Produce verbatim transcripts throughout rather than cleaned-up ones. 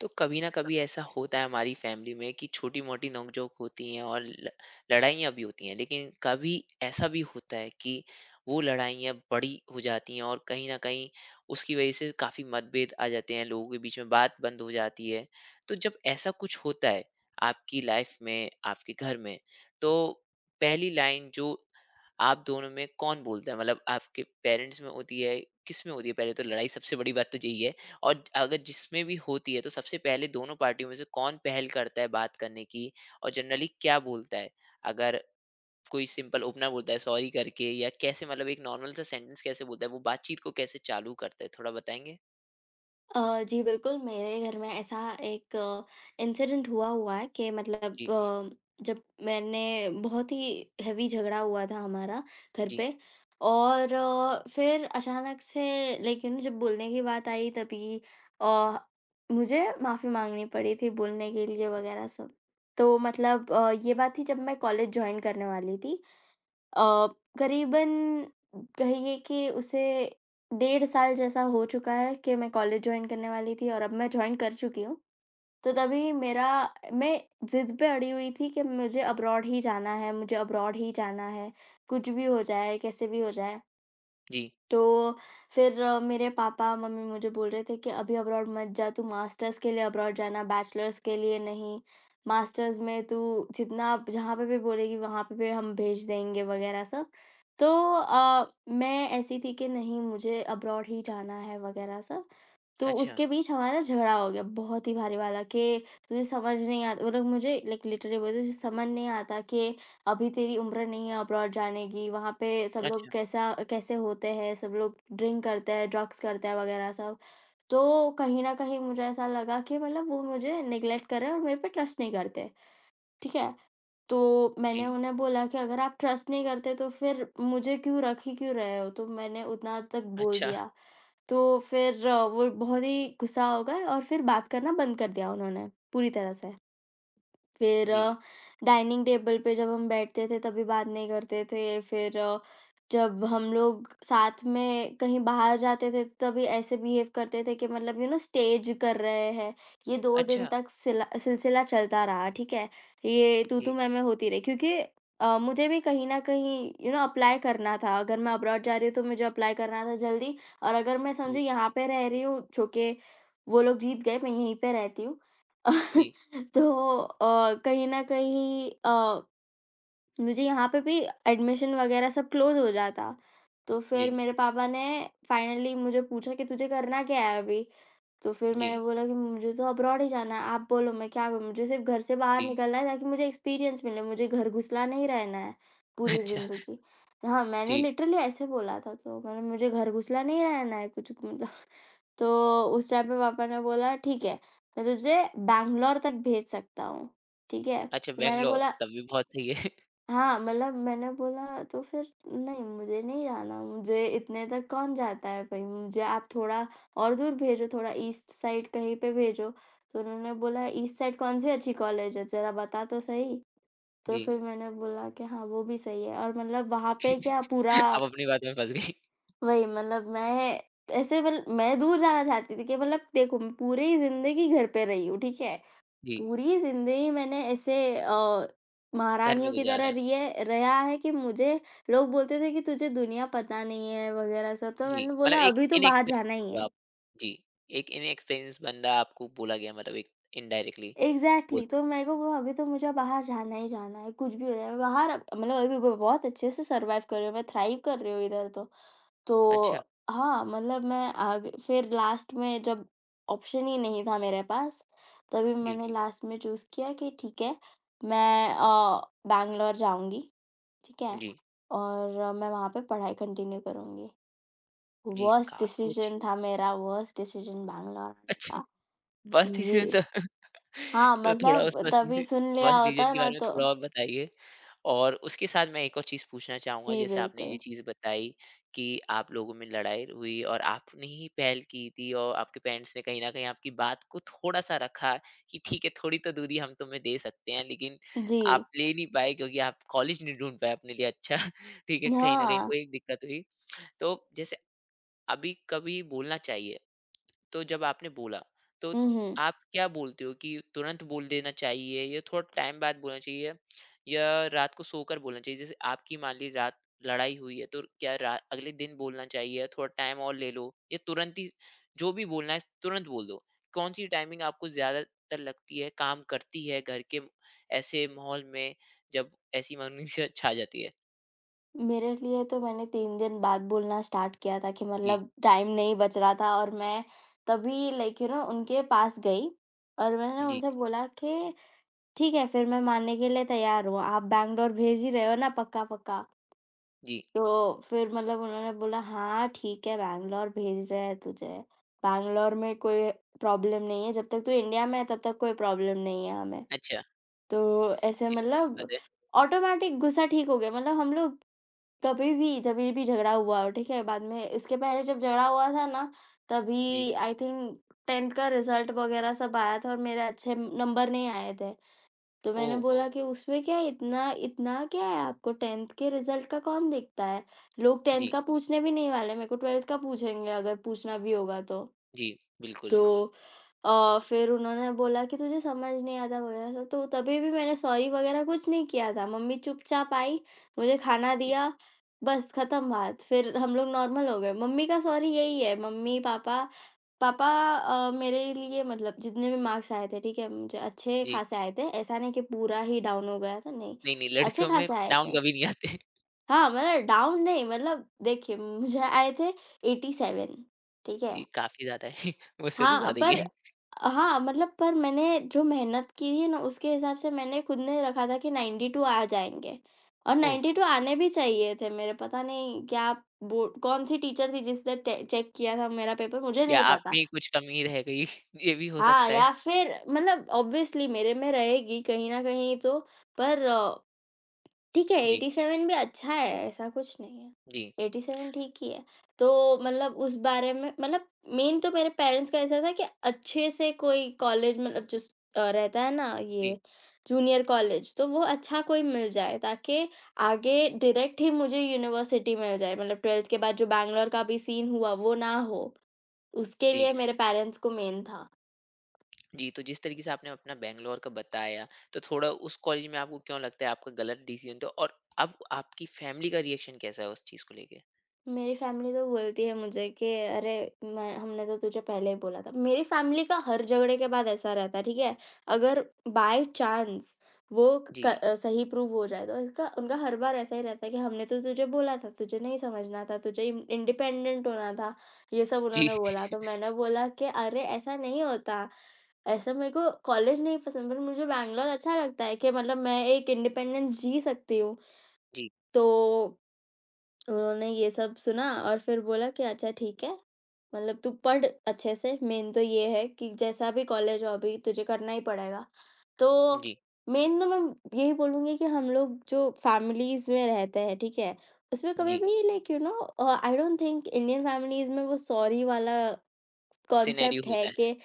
तो कभी ना कभी ऐसा होता है हमारी फैमिली में कि छोटी मोटी नोकझोंक होती हैं और ल- लड़ाइयाँ भी होती हैं, लेकिन कभी ऐसा भी होता है कि वो लड़ाइयाँ बड़ी हो जाती हैं और कहीं ना कहीं उसकी वजह से काफ़ी मतभेद आ जाते हैं लोगों के बीच में, बात बंद हो जाती है। तो जब ऐसा कुछ होता है आपकी लाइफ में, आपके घर में, तो पहली लाइन जो आप दोनों में कौन बोलता है, मतलब आपके पेरेंट्स में होती है, किस में होती है पहले तो लड़ाई? सबसे बड़ी बात तो यही है। और अगर जिसमें भी होती है तो सबसे पहले दोनों पार्टियों में से कौन पहल करता है बात करने की और जनरली क्या बोलता है? अगर कोई सिंपल ओपनर बोलता है सॉरी करके, या कैसे, मतलब एक नॉर्मल सा सेंटेंस कैसे बोलता है, वो बातचीत को कैसे चालू करता है, थोड़ा बताएंगे? अ, जी बिल्कुल, मेरे घर में ऐसा एक इंसिडेंट हुआ हुआ है कि मतलब जी। अ, जब मैंने बहुत ही हेवी झगड़ा हुआ था हमारा घर जी। पे। और अ, फिर अचानक से लाइक यू नो जब बोलने की बात आई तभी अ, मुझे माफ़ी माँगनी पड़ी थी बोलने के लिए वगैरह सब। तो मतलब अ, ये बात थी जब मैं कॉलेज जॉइन करने वाली थी। अ, करीबन कहिए कि उसे डेढ़ साल जैसा हो चुका है कि मैं कॉलेज जॉइन करने वाली थी और अब मैं जॉइन कर चुकी हूँ। तो तभी मेरा मैं ज़िद पे अड़ी हुई थी कि मुझे अब्रॉड ही जाना है, मुझे अब्रॉड ही जाना है, कुछ भी हो जाए, कैसे भी हो जाए। जी। तो फिर अ, मेरे पापा-मम्मी मुझे बोल रहे थे कि अभी अब्रॉड मत जा, तू मास्टर्स के लिए अब्रॉड जाना, बैचलर्स के लिए नहीं। मास्टर्स में तू जितना आप जहाँ पे भी बोलेगी वहाँ पे भी हम भेज देंगे वगैरह सब। तो अ, मैं ऐसी थी कि नहीं मुझे अब्रॉड ही जाना है वगैरह सब। तो अच्छा। उसके बीच हमारा झगड़ा हो गया बहुत ही भारी वाला कि तुझे समझ नहीं आता। वो लोग मुझे लाइक लिटरली बोलते तुझे समझ नहीं आता कि अभी तेरी उम्र नहीं है अब्रॉड जाने की। वहाँ पे सब लोग अच्छा। कैसा कैसे होते हैं, सब लोग ड्रिंक करते हैं, ड्रग्स करते हैं वगैरह सब। तो कहीं ना कहीं मुझे ऐसा लगा कि मतलब वो मुझे निगलेक्ट कर रहे हैं और मेरे पे ट्रस्ट नहीं करते, ठीक है। तो मैंने जी। उन्हें बोला कि अगर आप ट्रस्ट नहीं करते तो फिर मुझे क्यों रख ही क्यों रहे हो। तो मैंने उतना तक बोल अच्छा। दिया। तो फिर अ, वो बहुत ही गुस्सा हो गए और फिर बात करना बंद कर दिया उन्होंने पूरी तरह से। फिर जी। अ, डाइनिंग टेबल पे जब हम बैठते थे तभी बात नहीं करते थे। फिर अ, जब हम लोग साथ में कहीं बाहर जाते थे तो तभी ऐसे बिहेव करते थे कि मतलब यू नो स्टेज कर रहे हैं। ये दो दिन अच्छा। तक सिला सिलसिला चलता रहा, ठीक है? ये जी। तू-तू मैं-मैं होती रही क्योंकि अ, मुझे भी कहीं न कहीं यू नो अप्लाई करना था। अगर मैं अब्रॉड जा रही हूँ तो मुझे अप्लाई करना था जल्दी। और अगर मैं जी। समझो यहाँ पे रह रही हूँ जो कि वो लोग जीत गए, मैं यहीं पे रहती हूँ। जी। तो अ, कहीं न कहीं अ, मुझे यहाँ पे भी एडमिशन वगैरह सब क्लोज़ हो जाता। तो फिर जी। मेरे पापा ने फाइनली मुझे पूछा कि तुझे करना क्या है अभी? तो फिर जी। मैंने बोला कि मुझे तो अब्रॉड ही जाना है। आप बोलो मैं क्या करूँ? मुझे सिर्फ़ घर से बाहर जी। निकलना है ताकि मुझे एक्सपीरियंस मिले, मुझे घर घुसला नहीं रहना है पूरी अच्छा। ज़िंदगी। हाँ, मैंने जी। लिटरली ऐसे बोला था तो मैंने मुझे घर घुसला नहीं रहना है कुछ। तो उस टाइम पे पापा ने बोला, ठीक है, मैं तुझे बैंगलोर तक भेज सकता हूँ, ठीक है? अच्छा, तो मैंने बैंगलोर बोला तब भी बहुत सही है। हाँ। मतलब मैंने बोला तो फिर नहीं, मुझे नहीं जाना, मुझे इतने तक कौन जाता है भाई, मुझे आप थोड़ा और दूर भेजो, थोड़ा ईस्ट साइड कहीं पे भेजो। तो उन्होंने बोला ईस्ट साइड कौन-सी अच्छी कॉलेज है, ज़रा बता तो सही। तो जी। फिर मैंने बोला कि हाँ, वो भी सही है और मतलब वहाँ पे क्या पूरा आप अपनी बात में फंस गई। वही मतलब मैं ऐसे मतलब मैं दूर जाना चाहती थी कि मतलब देखो मैं पूरी ज़िंदगी घर पे रही हूँ, ठीक है? जी, पूरी ज़िंदगी मैंने ऐसे अ, घर में महारानियों की गुजारा तरह है। रिए रहा है कि मुझे लोग बोलते थे कि तुझे दुनिया पता नहीं है वगैरह सब। तो जी, मैंने मतलब बोला एक अभी तो बाहर जाना इनएक्सपीरियंस ही हो है। आप। जी, एक इनएक्सपीरियंस बंदा आपको बोला गया, मतलब एक इनडायरेक्टली बोल एग्ज़ैक्टली तो सकते। मेरे को वो अभी तो मुझे बाहर जाना ही जाना है, कुछ भी हो जाए, मैं बाहर अब- मतलब अभी ब बहुत अच्छे से सर्वाइव कर रही हूँ, मैं थ्राइव कर रही हूँ इधर तो। तो अच्छा। हाँ, मतलब मैं आगे फिर लास्ट में जब ऑप्शन ही नहीं था मेरे पास, तभी जी। मैंने लास्ट में चूज़ किया कि ठीक है, मैं अ, बैंगलोर जाऊँगी, ठीक है? जी। और मैं वहाँ पे पढ़ाई कंटिन्यू करूँगी। जी, वर्स्ट काफ़ी अच्छी। डिसीज़न था मेरा, वर्स्ट डिसीज़न बैंगलोर आने अच्छा, का। फर्स्ट डिसीज़न जी। था। हाँ, तो थोड़ा उस मतलब बस तभी सुन बस लिया रीजन होता के ना बारे में तो। थोड़ा और बताइए? और उसके साथ मैं एक और चीज़ पूछना चाहूँगा। जी, जैसे आपने ये बिल्कुल। चीज़ बताई कि आप लोगों में लड़ाई हुई और आपने ही पहल की थी और आपके पेरेंट्स ने कहीं न कहीं आपकी बात को थोड़ा-सा रखा कि ठीक है, थोड़ी तो दूरी हम तुम्हें दे सकते हैं, लेकिन जी। आप ले नहीं पाए क्योंकि आप कॉलेज नहीं ढूँढ पाए अपने लिए अच्छा। ठीक है, कहीं न कहीं हाँ। वो एक दिक्कत हुई। तो जैसे, अभी कभी बोलना चाहिए? तो जब आपने बोला, तो हुँ, हुँ। आप क्या बोलते हो कि तुरंत बोल देना चाहिए या थोड़ा टाइम बाद बोलना चाहिए या रात को सोकर बोलना चाहिए? जैसे आपकी मान लीजिए रात लड़ाई हुई है, तो क्या रा अगले दिन बोलना चाहिए या थोड़ा टाइम और ले लो या तुरंत ही जो भी बोलना है तुरंत बोल दो? कौन-सी टाइमिंग आपको ज़्यादातर लगती है, काम करती है घर के ऐसे माहौल में जब ऐसी मायूसियत छा जाती है? मेरे लिए तो मैंने तीन दिन बाद बोलना स्टार्ट किया था कि जी। मतलब टाइम नहीं बच रहा था और मैं तभी लाइक यू नो उनके पास गई और मैंने जी। उनसे बोला कि ठीक है, फिर मैं मानने के लिए तैयार हूँ, आप बैंगलोर भेज ही रहे हो ना पक्का पक्का। जी। तो फिर मतलब उन्होंने बोला हाँ, ठीक है, बैंगलोर भेज रहे हैं तुझे, बैंगलोर में कोई प्रॉब्लम नहीं है, जब तक तू इंडिया में है तब तक कोई प्रॉब्लम नहीं है हमें। अच्छा, तो ऐसे ये अच्छी मतलब बात है। ऑटोमैटिक गुस्सा ठीक हो गया। मतलब हम लोग कभी भी जभी भी झगड़ा हुआ हो, ठीक है? बाद में इसके पहले जब झगड़ा हुआ था ना, जी। तभी आई थिंक टेंथ का रिज़ल्ट वग़ैरह सब आया था और मेरे अच्छे नंबर नहीं आए थे। तो मैंने ओह! बोला कि उसमें क्या है, इतना इतना क्या है, आपको टेंथ के रिज़ल्ट का कौन देखता है? लोग टेंथ जी, का पूछने भी नहीं वाले, मेरे को ट्वेल्थ का पूछेंगे अगर पूछना भी होगा तो। जी, बिल्कुल। तो अ, फिर उन्होंने बोला कि तुझे समझ नहीं आता वगैरह सब। तो तभी भी मैंने सॉरी वगैरह कुछ नहीं किया था। मम्मी चुपचाप आई, मुझे खाना जी। दिया, बस खत्म बात। फिर हम लोग नॉर्मल हो गए। मम्मी का सॉरी यही है। मम्मी, पापा पापा अ, मेरे लिए मतलब जितने भी मार्क्स आए थे, ठीक है, मुझे अच्छे जी। खासे आए थे। ऐसा नहीं कि पूरा ही डाउन हो गया था, नहीं, नहीं, नहीं, अच्छे लड़कियों में खासे आए डाउन थे। कभी नहीं आते। हाँ, मतलब डाउन नहीं, मतलब देखिए मुझे आए थे एटी सेवन, ठीक है? जी, काफ़ी ज़्यादा है। मुझसे तो हाँ, ज़्यादा पर ही है। हाँ, मतलब पर मैंने जो मेहनत की है ना, उसके हिसाब से मैंने खुद ने रखा था कि नाइंटी टू आ जाएँगे और ओह! नाइंटी टू आने भी चाहिए थे मेरे। पता नहीं क्या बो कौन-सी टीचर थी जिसने टे चेक किया था मेरा पेपर, मुझे या नहीं आप में पता। ही कुछ कमी रह गई, ये भी हो हाँ, सकता है। या फिर मतलब ऑब्वियसली मेरे में रहेगी कहीं न कहीं तो। पर ठीक है, जी, एटी सेवन भी अच्छा है, ऐसा कुछ नहीं है। जी, एटी सेवन ठीक ही है। तो मतलब उस बारे में मतलब मेन तो मेरे पेरेंट्स का ऐसा था कि अच्छे से कोई कॉलेज मतलब जो स अ, रहता है ना जी, ये जूनियर कॉलेज, तो वो अच्छा कोई मिल जाए ताकि आगे डायरेक्ट ही मुझे यूनिवर्सिटी मिल जाए। मतलब ट्वेल्थ के बाद जो बैंगलोर का भी सीन हुआ, वो ना हो। उसके जी, लिए मेरे पेरेंट्स को मेन था। जी। तो जिस तरीके से आपने अपना बैंगलोर का बताया, तो थोड़ा उस कॉलेज में आपको क्यों लगता है आपका गलत डिसीज़न था और अब आपकी फैमिली का रिएक्शन कैसा है उस चीज़ को लेके? मेरी फैमिली तो बोलती है मुझे कि अरे मैं हमने तो तुझे पहले ही बोला था। मेरी फैमिली का हर झगड़े के बाद ऐसा रहता है, ठीक है? अगर बाय चांस वो क जी, अ, सही प्रूव हो जाए तो इसका उनका हर बार ऐसा ही रहता है कि हमने तो तुझे बोला था, तुझे नहीं समझना था, तुझे इन इंडिपेंडेंट होना था, ये सब जी, उन्होंने बोला। तो मैंने बोला कि अरे ऐसा नहीं होता। ऐसा मेरे को कॉलेज नहीं पसंद पर मुझे बैंगलोर अच्छा लगता है कि मतलब मैं एक इंडिपेंडेंस जी सकती हूँ। जी, तो उन्होंने ये सब सुना और फिर बोला कि अच्छा, ठीक है, मतलब तू पढ़ अच्छे से, मेन तो ये है कि जैसा भी कॉलेज हो अभी तुझे करना ही पड़ेगा। तो जी, मेन तो मैं यही बोलूँगी कि हम लोग जो फैमिलीज़ में रहते हैं, ठीक है? उसमें कभी जी। भी like you know uh, I don't think Indian families में वो सॉरी वाला सिनेरियो कॉन्सेप्ट है होता है। कि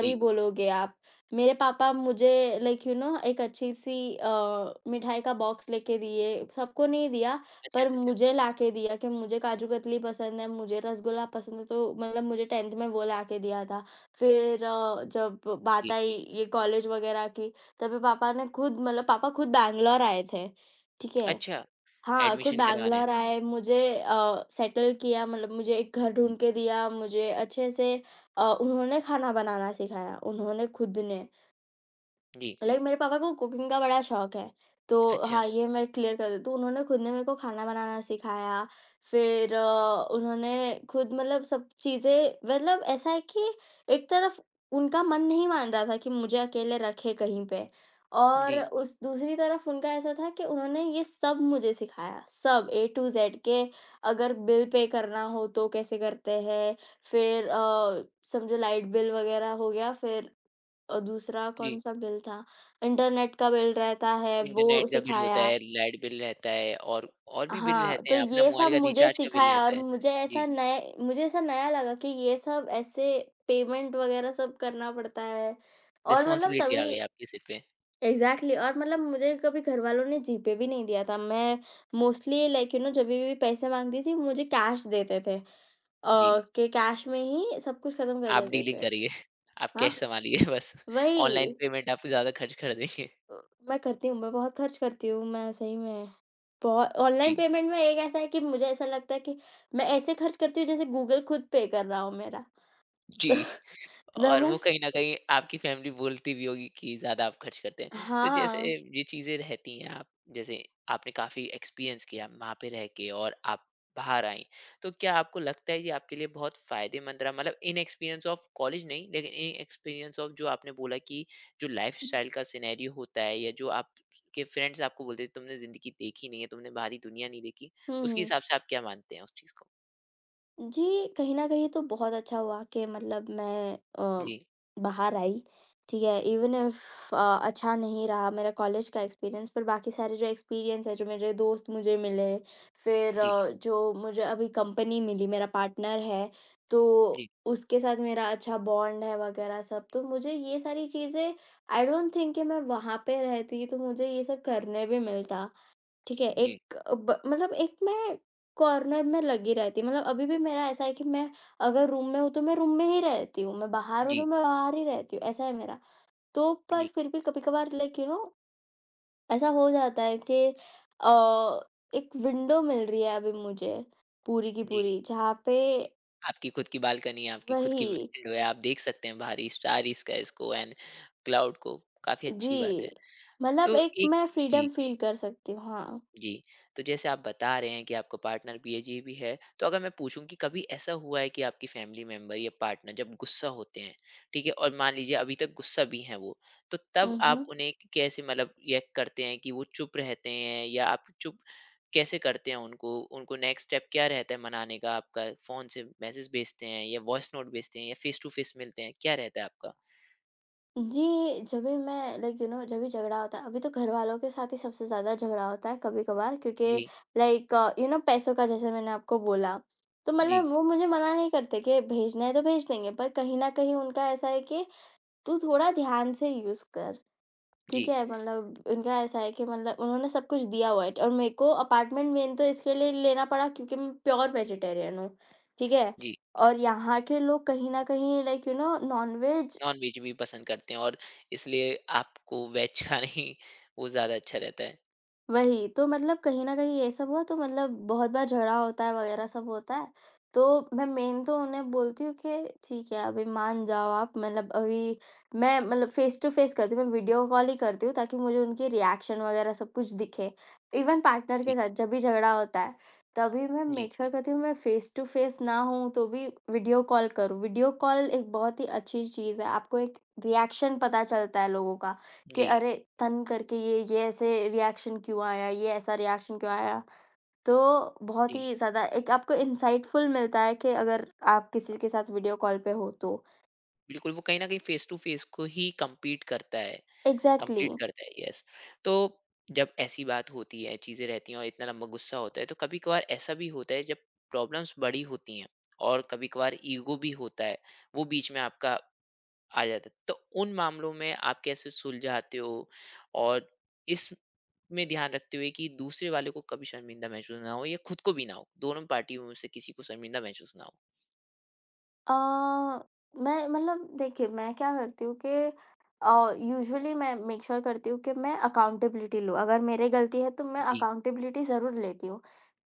जी। बोलोगे आप। मेरे पापा मुझे लाइक यू नो एक अच्छी-सी अ, मिठाई का बॉक्स लेके दिए, सबको नहीं दिया अच्छा। पर अच्छा। मुझे लाके दिया कि मुझे काजू कतली पसंद है, मुझे रसगुल्ला पसंद है तो मतलब मुझे टेंथ में वो लाके दिया था। फिर अ, जब बात जी। आई ये कॉलेज वगैरह की तभी पापा ने खुद मतलब पापा खुद बैंगलोर आए थे, ठीक है? अच्छा, हाँ, खुद एडमिशन करवाना है। बैंगलोर आए, मुझे अ, सेटल किया, मतलब मुझे एक घर जी, ढूँढ के दिया, मुझे अच्छे से अ, उन्होंने खाना बनाना सिखाया, उन्होंने खुद ने। जी, लाइक मेरे पापा को कुकिंग का बड़ा शौक है, तो अच्छा, हाँ, ये मैं क्लियर कर देती हूँ। उन्होंने खुद ने मेरे को खाना बनाना सिखाया। फिर अ, उन्होंने खुद मतलब सब चीज़ें मतलब ऐसा है कि एक तरफ उनका मन नहीं मान रहा था कि मुझे अकेले रखे कहीं पे, और जी, उस दूसरी तरफ उनका ऐसा था कि उन्होंने ये सब मुझे सिखाया, सब ए टू ज़ेड के। अगर बिल पे करना हो तो कैसे करते हैं, फिर अ, समझो लाइट बिल वगैरह हो गया, फिर अ, दूसरा जी। कौन-सा बिल था? इंटरनेट का बिल रहता है, वो इंटरनेट का बिल होता सिखाया। है, लाइट बिल रहता है और और भी बिल हाँ, रहते तो हैं, अपना ये मोबाइल सब का मुझे रिचार्ज का बिल सिखाया रहता और है। मुझे जी, ऐसा नए मुझे ऐसा नया लगा कि ये सब ऐसे पेमेंट वग़ैरह सब करना पड़ता है और मतलब रिस्पॉन्सिबिलिटी तभी आ गई अच्छा। आपके सिर पे। एग्ज़ैक्टली। और मतलब मुझे कभी घरवालों ने जीपे भी नहीं दिया था। मैं मोस्टली लाइक यू नो जभी भी पैसे माँगती थी, मुझे कैश देते थे, अ, जी, कि कैश में ही सब कुछ खत्म कर आप देते डीलिंग थे। करिए, आप हाँ, कैश सँभालिए बस। ऑनलाइन वही। पेमेंट आप ज़्यादा खर्च कर देंगे। अ, मैं करती हूँ, मैं बहुत खर्च करती हूँ, मैं सही में। बहुत ऑनलाइन जी। पेमेंट में एक ऐसा है कि मुझे ऐसा लगता है कि मैं ऐसे खर्च करती हूँ जैसे गूगल खुद पे कर रहा हो मेरा। तो जी। ना और मैं वो कहीं न कहीं आपकी फैमिली बोलती भी होगी कि ज़्यादा आप खर्च करते हैं। तो जैसे हाँ। ये चीज़ें रहती हैं आप, जैसे आपने काफ़ी एक्सपीरियंस किया वहाँ पे रह के और आप बाहर आईं। तो क्या आपको लगता है ये आपके लिए बहुत फ़ायदेमंद रहा? मतलब इन एक्सपीरियंस ऑफ कॉलेज नहीं, लेकिन इन एक्सपीरियंस ऑफ जो आपने बोला कि जो लाइफ़स्टाइल का सिनेरियो होता है, या जो आपके फ्रेंड्स आपको बोलते हैं तुमने ज़िंदगी देखी नहीं है, तुमने बाहरी दुनिया नहीं देखी। हुँ, उसके हुँ। हिसाब से आप क्या मानते हैं उस चीज़ को? जी, कहीं न कहीं तो बहुत अच्छा हुआ कि मतलब मैं अ, जी, बाहर आई, ठीक है? इवन इफ अ, अच्छा नहीं रहा मेरा कॉलेज का एक्सपीरियंस, पर बाकी सारे जो एक्सपीरियंस है, जो मेरे दोस्त मुझे मिले, फिर जी, अ, जो मुझे अभी कंपनी मिली, मेरा पार्टनर है, तो जी, उसके साथ मेरा अच्छा बॉन्ड है वगैरह सब। तो मुझे ये सारी चीज़ें आई डोंट थिंक कि मैं वहाँ पे रहती तो मुझे ये सब करने भी मिलता। ठीक है, जी, एक ब मतलब एक मैं कॉर्नर में लगी रहती हूँ, मतलब अभी भी मेरा ऐसा है कि मैं अगर रूम में हूँ, तो मैं रूम में ही रहती हूँ, मैं बाहर हूँ, तो जी, मैं बाहर ही रहती हूँ, ऐसा है मेरा। तो पर जी, फिर भी कभी-कभार लाइक यू नो ऐसा हो जाता है कि अ, एक विंडो मिल रही है अभी मुझे पूरी की जी। पूरी, जहाँ पे आपकी खुद की बालकनी है, आपकी खुद की वही। विंडो है, आप देख सकते हैं बाहरी स्टार स्काइज़ को एंड क्लाउड को, काफ़ी अच्छी जी, बात है। मतलब तो एक एक, मैं जी। फ्रीडम फ़ील कर सकती हूँ, हाँ। जी, तो जैसे आप बता रहे हैं कि आपका पार्टनर बीएजी भी है, तो अगर मैं पूछूँ कि कभी ऐसा हुआ है कि आपकी फैमिली मेंबर या पार्टनर जब गुस्सा होते हैं, ठीक है? और मान लीजिए अभी तक गुस्सा भी हैं वो, तो तब हुँ, आप हुँ। उन्हें कैसे, मतलब रिएक्ट करते हैं कि वो चुप रहते हैं या आप चुप कैसे करते हैं उनको? उनको नेक्स्ट स्टेप क्या रहता है मनाने का आपका? फ़ोन से मैसेज भेजते हैं या वॉइस नोट भेजते हैं या फेस टू फेस मिलते हैं, क्या रहता है आपका? जी, जब भी मैं लाइक यू नो जब भी झगड़ा होता है अभी तो घरवालों के साथ ही सबसे ज़्यादा झगड़ा होता है कभी-कभार, क्योंकि जी, लाइक यू नो पैसों का जैसे मैंने आपको बोला, तो जी, मतलब वो मुझे मना नहीं करते कि भेजना है तो भेज देंगे पर कहीं न कहीं उनका ऐसा है कि तू थोड़ा ध्यान से यूज़ कर, जी, ठीक है? मतलब उनका ऐसा है कि मतलब उन्होंने सब कुछ दिया हुआ है और मेरे को अपार्टमेंट में तो इसके लिए लेना पड़ा, क्योंकि मैं प्योर वेजिटेरियन हूँ, ठीक है? जी। और यहाँ के लोग कहीं न कहीं like you know non-veg non-veg भी पसंद करते हैं और इसलिए आपको वेज खाना ही वो ज़्यादा अच्छा रहता है। वही, तो मतलब कहीं न कहीं ये सब हुआ तो मतलब बहुत बार झगड़ा होता है वग़ैरह सब होता है। तो मैं मेन तो उन्हें बोलती हूँ कि ठीक है अभी मान जाओ आप, मतलब अभी मैं मतलब फ़ेस टू फ़ेस करती हूँ, मैं वीडियो कॉल ही करती हूँ ताकि मुझे उनकी रिएक्शन वग़ैरह सब कुछ दिखे। इवन पार्टनर जी, के साथ जब भी झगड़ा होता है, तभी मैं जी, मेक श्योर करती हूँ मैं फ़ेस टू फ़ेस ना हूँ तो भी वीडियो कॉल करूँ। वीडियो कॉल एक बहुत ही अच्छी चीज़ है, आपको एक रिएक्शन पता चलता है लोगों का। कि जी, अरे! तन करके ये ये ऐसे रिएक्शन क्यों आया, ये ऐसा रिएक्शन क्यों आया? तो बहुत जी। ही ज़्यादा एक आपको इनसाइटफुल मिलता है कि अगर आप किसी के साथ वीडियो कॉल पे हो तो। बिल्कुल, वो कहीं न कहीं फ़ेस टू फ़ेस को ही कम्पीट करता है, एग्ज़ैक्टली। कंप्लीट करता है, यस। तो जब ऐसी बात होती है, चीज़ें रहती हैं और इतना लंबा गुस्सा होता है, तो कभी-कभार ऐसा भी होता है जब प्रॉब्लम्स बड़ी होती हैं और कभी-कभार ईगो भी होता है, वो बीच में आपका आ जाता है। तो उन मामलों में आप कैसे सुलझाते हो? और इसमें ध्यान रखते हुए कि दूसरे वाले को कभी शर्मिंदा महसूस ना हो या खुद को भी ना हो, दोनों पार्टियों में से किसी को शर्मिंदा महसूस ना हो? अ, मैं मतलब देखिए मैं क्या करती हूँ कि अ, यूजुअली मैं मेक श्योर करती हूँ कि मैं अकाउंटेबिलिटी लूँ। अगर मेरी गलती है तो मैं जी, अकाउंटेबिलिटी ज़रूर लेती हूँ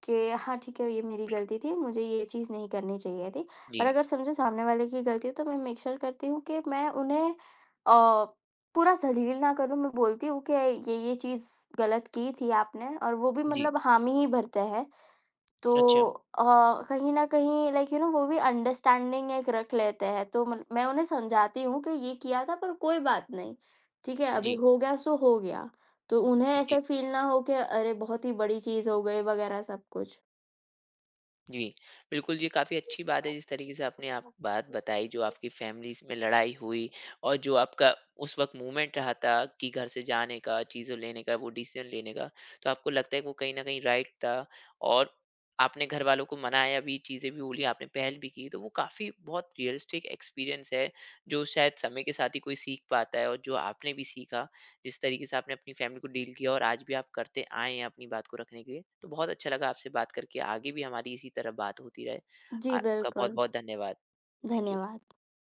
कि हाँ, ठीक है ये मेरी गलती थी, मुझे ये चीज़ नहीं करनी चाहिए थी। और जी, अगर समझो सामने वाले की गलती है तो मैं मेक श्योर करती हूँ कि मैं उन्हें अ, पूरा जलील ना करूँ। मैं बोलती हूँ कि ये, ये चीज़ गलत की थी आपने और वो भी जी। मतलब हामी ही भरते हैं। तो अच्छा, अ, कहीं न कहीं लाइक यू नो वो भी अंडरस्टैंडिंग एक रख लेते हैं, तो मल मैं उन्हें समझाती हूँ कि ये किया था पर कोई बात नहीं, ठीक है? अभी जी, हो गया सो हो गया। तो उन्हें जी। ऐसे फ़ील ना हो कि अरे! बहुत ही बड़ी चीज़ हो गई वगैरह सब कुछ। जी, बिल्कुल ये काफ़ी अच्छी बात है जिस तरीके से आपने आप बात बताई जो आपकी फैमिलीज़ में लड़ाई हुई और जो आपका उस वक़्त मूवमेंट रहा था कि घर से जाने का, चीज़ें लेने का, वो डिसीज़न लेने का। तो आपको लगता है कि वो कहीं न कहीं राइट था और आपने घरवालों को मनाया भी, चीज़ें भी बोली, आपने पहल भी की। तो वो काफ़ी बहुत रियलिस्टिक एक्सपीरियंस है जो शायद समय के साथ ही कोई सीख पाता है और जो आपने भी सीखा। जिस तरीके से आपने अपनी फैमिली को डील किया और आज भी आप करते आए हैं अपनी बात को रखने के लिए, तो बहुत अच्छा लगा आपसे बात करके। आगे भी हमारी इसी तरह बात होती रहे। जी, आपका बहुत बिल्कुल। बहुत धन्यवाद। Thank you. धन्यवाद।